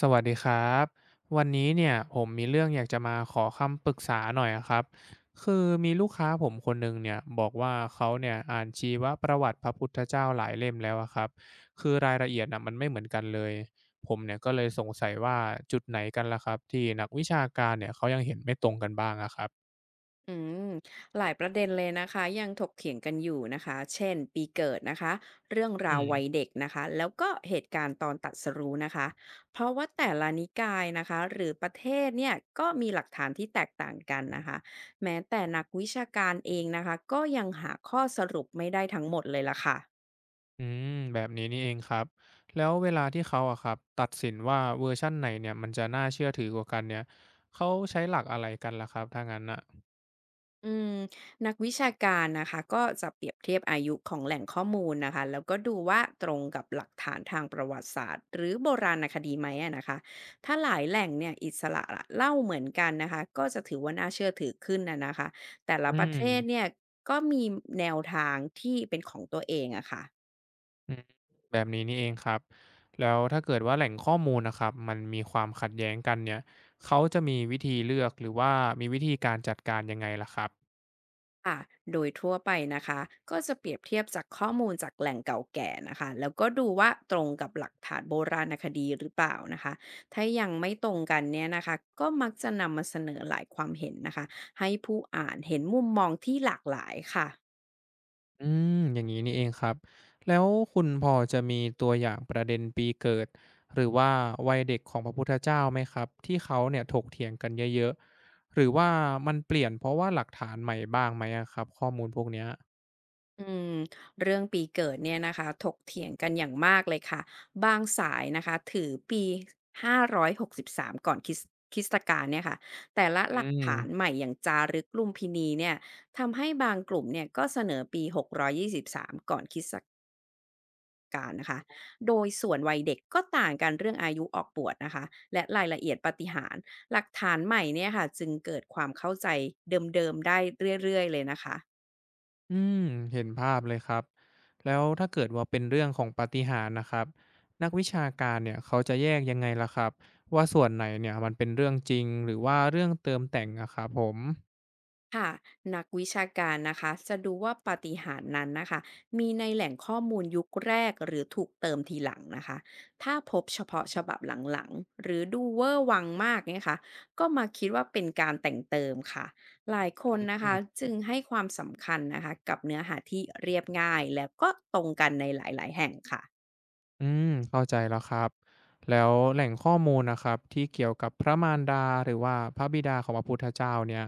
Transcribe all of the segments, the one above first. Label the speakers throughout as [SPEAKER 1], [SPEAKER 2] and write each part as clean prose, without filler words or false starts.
[SPEAKER 1] สวัสดีครับวันนี้เนี่ยผมมีเรื่องอยากจะมาขอคำปรึกษาหน่อยอะครับคือมีลูกค้าผมคนหนึ่งเนี่ยบอกว่าเขาเนี่ยอ่านชีวประวัติพระพุทธเจ้าหลายเล่มแล้วอะครับคือรายละเอียดนะมันไม่เหมือนกันเลยผมเนี่ยก็เลยสงสัยว่าจุดไหนกันล่ะครับที่นักวิชาการเนี่ยเขายังเห็นไม่ตรงกันบ้างอะครับ
[SPEAKER 2] อืมหลายประเด็นเลยนะคะยังถกเถียงกันอยู่นะคะเช่นปีเกิดนะคะเรื่อง
[SPEAKER 1] อื
[SPEAKER 2] ราววั
[SPEAKER 1] ม
[SPEAKER 2] ยเด็กนะคะแล้วก็เหตุการณ์ตอนตรัสรู้นะคะเพราะว่าแต่ละนิกายนะคะหรือประเทศเนี่ยก็มีหลักฐานที่แตกต่างกันนะคะแม้แต่นักวิชาการเองนะคะก็ยังหาข้อสรุปไม่ได้ทั้งหมดเลยล่ะค่ะ
[SPEAKER 1] อืมแบบนี้นี่เองครับแล้วเวลาที่เขาอะครับตัดสินว่าเวอร์ชั่นไหนเนี่ยมันจะน่าเชื่อถือกว่ากันเนี่ยเขาใช้หลักอะไรกันล่ะครับถ้างั้นอะ
[SPEAKER 2] อืมนักวิชาการนะคะก็จะเปรียบเทียบอายุของแหล่งข้อมูลนะคะแล้วก็ดูว่าตรงกับหลักฐานทางประวัติศาสตร์หรือโบราณคดีไหมอะนะคะถ้าหลายแหล่งเนี่ยอิสระเล่าเหมือนกันนะคะก็จะถือว่าน่าเชื่อถือขึ้นนะคะแต่ละ
[SPEAKER 1] อื
[SPEAKER 2] ประ
[SPEAKER 1] ม
[SPEAKER 2] เทศเนี่ยก็มีแนวทางที่เป็นของตัวเองอะค่ะ
[SPEAKER 1] อืมแบบนี้นี่เองครับแล้วถ้าเกิดว่าแหล่งข้อมูลนะครับมันมีความขัดแย้งกันเนี่ยเขาจะมีวิธีเลือกหรือว่ามีวิธีการจัดการยังไงล่ะครับ
[SPEAKER 2] ค่ะโดยทั่วไปนะคะก็จะเปรียบเทียบจากข้อมูลจากแหล่งเก่าแก่นะคะแล้วก็ดูว่าตรงกับหลักฐานโบราณคดีหรือเปล่านะคะถ้ายังไม่ตรงกันเนี่ยนะคะก็มักจะนำมาเสนอหลายความเห็นนะคะให้ผู้อ่านเห็นมุมมองที่หลากหลายค่ะ
[SPEAKER 1] อืมอย่างงี้นี่เองครับแล้วคุณพอจะมีตัวอย่างประเด็นปีเกิดหรือว่าวัยเด็กของพระพุทธเจ้าไหมครับที่เขาเนี่ยถกเถียงกันเยอะๆหรือว่ามันเปลี่ยนเพราะว่าหลักฐานใหม่บ้างไหมอะครับข้อมูลพวกเนี้ย
[SPEAKER 2] อืมเรื่องปีเกิดเนี่ยนะคะถกเถียงกันอย่างมากเลยค่ะบางสายนะคะถือปี563กสิบสามก่อนคริสตกาลเนี่ยค่ะแต่ละ
[SPEAKER 1] อื
[SPEAKER 2] หลักฐานให
[SPEAKER 1] ม
[SPEAKER 2] ม่อย่างจารึกลุมพินีเนี่ยทำให้บางกลุ่มเนี่ยก็เสนอปี623กร้อยยี่สิบสามก่อนคริสตกาลนะคะโดยส่วนวัยเด็กก็ต่างกันเรื่องอายุออกบวชนะคะและรายละเอียดปาฏิหาริย์หลักฐานใหม่เนี่ยค่ะจึงเกิดความเข้าใจเดิมๆได้เรื่อยๆเลยนะคะ
[SPEAKER 1] อืมเห็นภาพเลยครับแล้วถ้าเกิดว่าเป็นเรื่องของปาฏิหาริย์นะครับนักวิชาการเนี่ยเขาจะแยกยังไงล่ะครับว่าส่วนไหนเนี่ยมันเป็นเรื่องจริงหรือว่าเรื่องเติมแต่งอะครับผม
[SPEAKER 2] ค่ะนักวิชาการนะคะจะดูว่าปาฏิหาริย์นั้นนะคะมีในแหล่งข้อมูลยุคแรกหรือถูกเติมทีหลังนะคะถ้าพบเฉพาะฉบับหลังๆหรือดูเวอร์วังมากเนี่ยค่ะก็มาคิดว่าเป็นการแต่งเติมค่ะหลายคนนะ
[SPEAKER 1] อื
[SPEAKER 2] คะ
[SPEAKER 1] ม
[SPEAKER 2] จึงให้ความสำคัญนะคะกับเนื้อหาที่เรียบง่ายแล้วก็ตรงกันในหลายๆแห่งค่ะ
[SPEAKER 1] อืมเข้าใจแล้วครับแล้วแหล่งข้อมูลนะครับที่เกี่ยวกับพระมารดาหรือว่าพระบิดาของพระพุทธเจ้าเนี่ย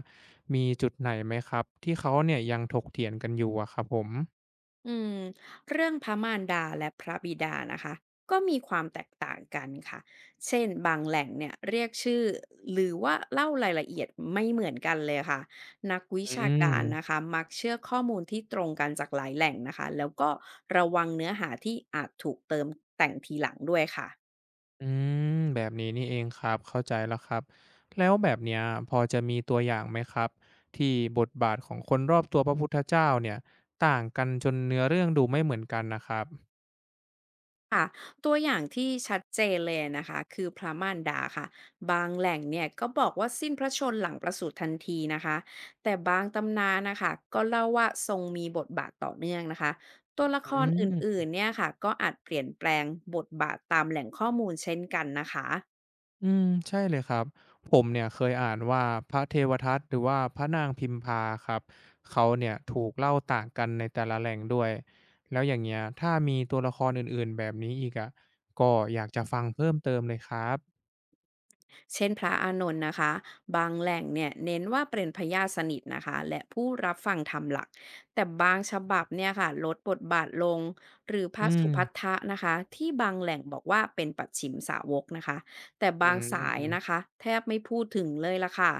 [SPEAKER 1] มีจุดไหนไหมครับที่เขาเนี่ยยังถกเถียงกันอยู่อะครับผม
[SPEAKER 2] อืมเรื่องพระมารดาและพระบิดานะคะก็มีความแตกต่างกันค่ะเช่นบางแหล่งเนี่ยเรียกชื่อหรือว่าเล่ารายละเอียดไม่เหมือนกันเลยค่ะนักวิ
[SPEAKER 1] อื
[SPEAKER 2] ชา
[SPEAKER 1] ม
[SPEAKER 2] การนะคะมักเชื่อข้อมูลที่ตรงกันจากหลายแหล่งนะคะแล้วก็ระวังเนื้อหาที่อาจถูกเติมแต่งทีหลังด้วยค่ะ
[SPEAKER 1] อืมแบบนี้นี่เองครับเข้าใจแล้วครับแล้วแบบเนี้ยพอจะมีตัวอย่างไหมครับที่บทบาทของคนรอบตัวพระพุทธเจ้าเนี่ยต่างกันจนเนื้อเรื่องดูไม่เหมือนกันนะครับ
[SPEAKER 2] ค่ะตัวอย่างที่ชัดเจนเลยนะคะคือพระมารดาค่ะบางแหล่งเนี่ยก็บอกว่าสิ้นพระชนม์หลังประสูติทันทีนะคะแต่บางตำนานนะคะก็เล่าว่าทรงมีบทบาทต่อเนื่องนะคะตัวละ
[SPEAKER 1] อื
[SPEAKER 2] ครอื่
[SPEAKER 1] ม
[SPEAKER 2] นๆเนี่ยค่ะก็อาจเปลี่ยนแปลงบทบาทตามแหล่งข้อมูลเช่นกันนะคะ
[SPEAKER 1] อืมใช่เลยครับผมเนี่ยเคยอ่านว่าพระเทวทัตหรือว่าพระนางพิมพาครับเขาเนี่ยถูกเล่าต่างกันในแต่ละแหล่งด้วยแล้วอย่างเงี้ยถ้ามีตัวละครอื่นๆแบบนี้อีกอ่ะก็อยากจะฟังเพิ่มเติมเลยครับ
[SPEAKER 2] เช่นพระอานนท์นะคะบางแหล่งเนี่ยเน้นว่าเป็นพญาสนิทนะคะและผู้รับฟังธรรมหลักแต่บางฉบับเนี่ยค่ะลดบทบาทลงหรือพ
[SPEAKER 1] อื
[SPEAKER 2] ระ
[SPEAKER 1] ม
[SPEAKER 2] สุพัทธะนะคะที่บางแหล่งบอกว่าเป็นปัจฉิมสาวกนะคะแต่
[SPEAKER 1] อื
[SPEAKER 2] บางสายนะ
[SPEAKER 1] ม
[SPEAKER 2] คะแทบไม่พูดถึงเลยละค่ะ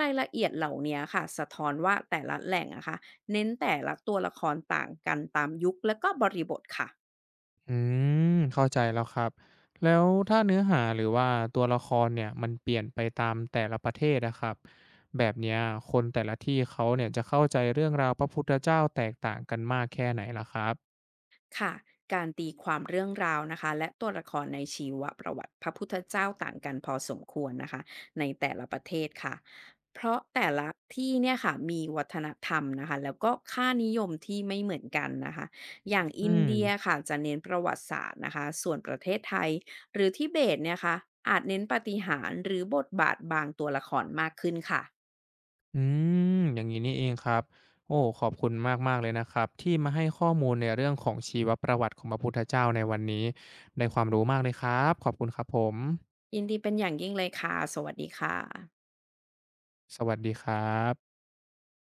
[SPEAKER 2] รายละเอียดเหล่านี้ค่ะสะท้อนว่าแต่ละแหล่งนะคะเน้นแต่ละตัวละครต่างกันตามยุคและก็บริบทค่ะ
[SPEAKER 1] อืมเข้าใจแล้วครับแล้วถ้าเนื้อหาหรือว่าตัวละครเนี่ยมันเปลี่ยนไปตามแต่ละประเทศนะครับแบบเนี้ยคนแต่ละที่เขาเนี่ยจะเข้าใจเรื่องราวพระพุทธเจ้าแตกต่างกันมากแค่ไหนล่ะครับ
[SPEAKER 2] ค่ะการตีความเรื่องราวนะคะและตัวละครในชีวประวัติพระพุทธเจ้าต่างกันพอสมควรนะคะในแต่ละประเทศค่ะเพราะแต่ละที่เนี่ยค่ะมีวัฒนธรรมนะคะแล้วก็ค่านิยมที่ไม่เหมือนกันนะคะอย่าง
[SPEAKER 1] อื
[SPEAKER 2] อินเดีย
[SPEAKER 1] ม
[SPEAKER 2] ค่ะจะเน้นประวัติศาสตร์นะคะส่วนประเทศไทยหรือทิเบตเนี่ยค่ะอาจเน้นปาฏิหาริย์หรือบทบาทบางตัวละครมากขึ้นค่ะ
[SPEAKER 1] อืมอย่างนี้นี่เองครับโอ้ขอบคุณมากๆเลยนะครับที่มาให้ข้อมูลในเรื่องของชีวประวัติของพระพุทธเจ้าในวันนี้ได้ความรู้มากเลยครับขอบคุณครับผม
[SPEAKER 2] ยินดีเป็นอย่างยิ่งเลยค่ะสวัสดีค่ะ
[SPEAKER 1] สวัสดีครับ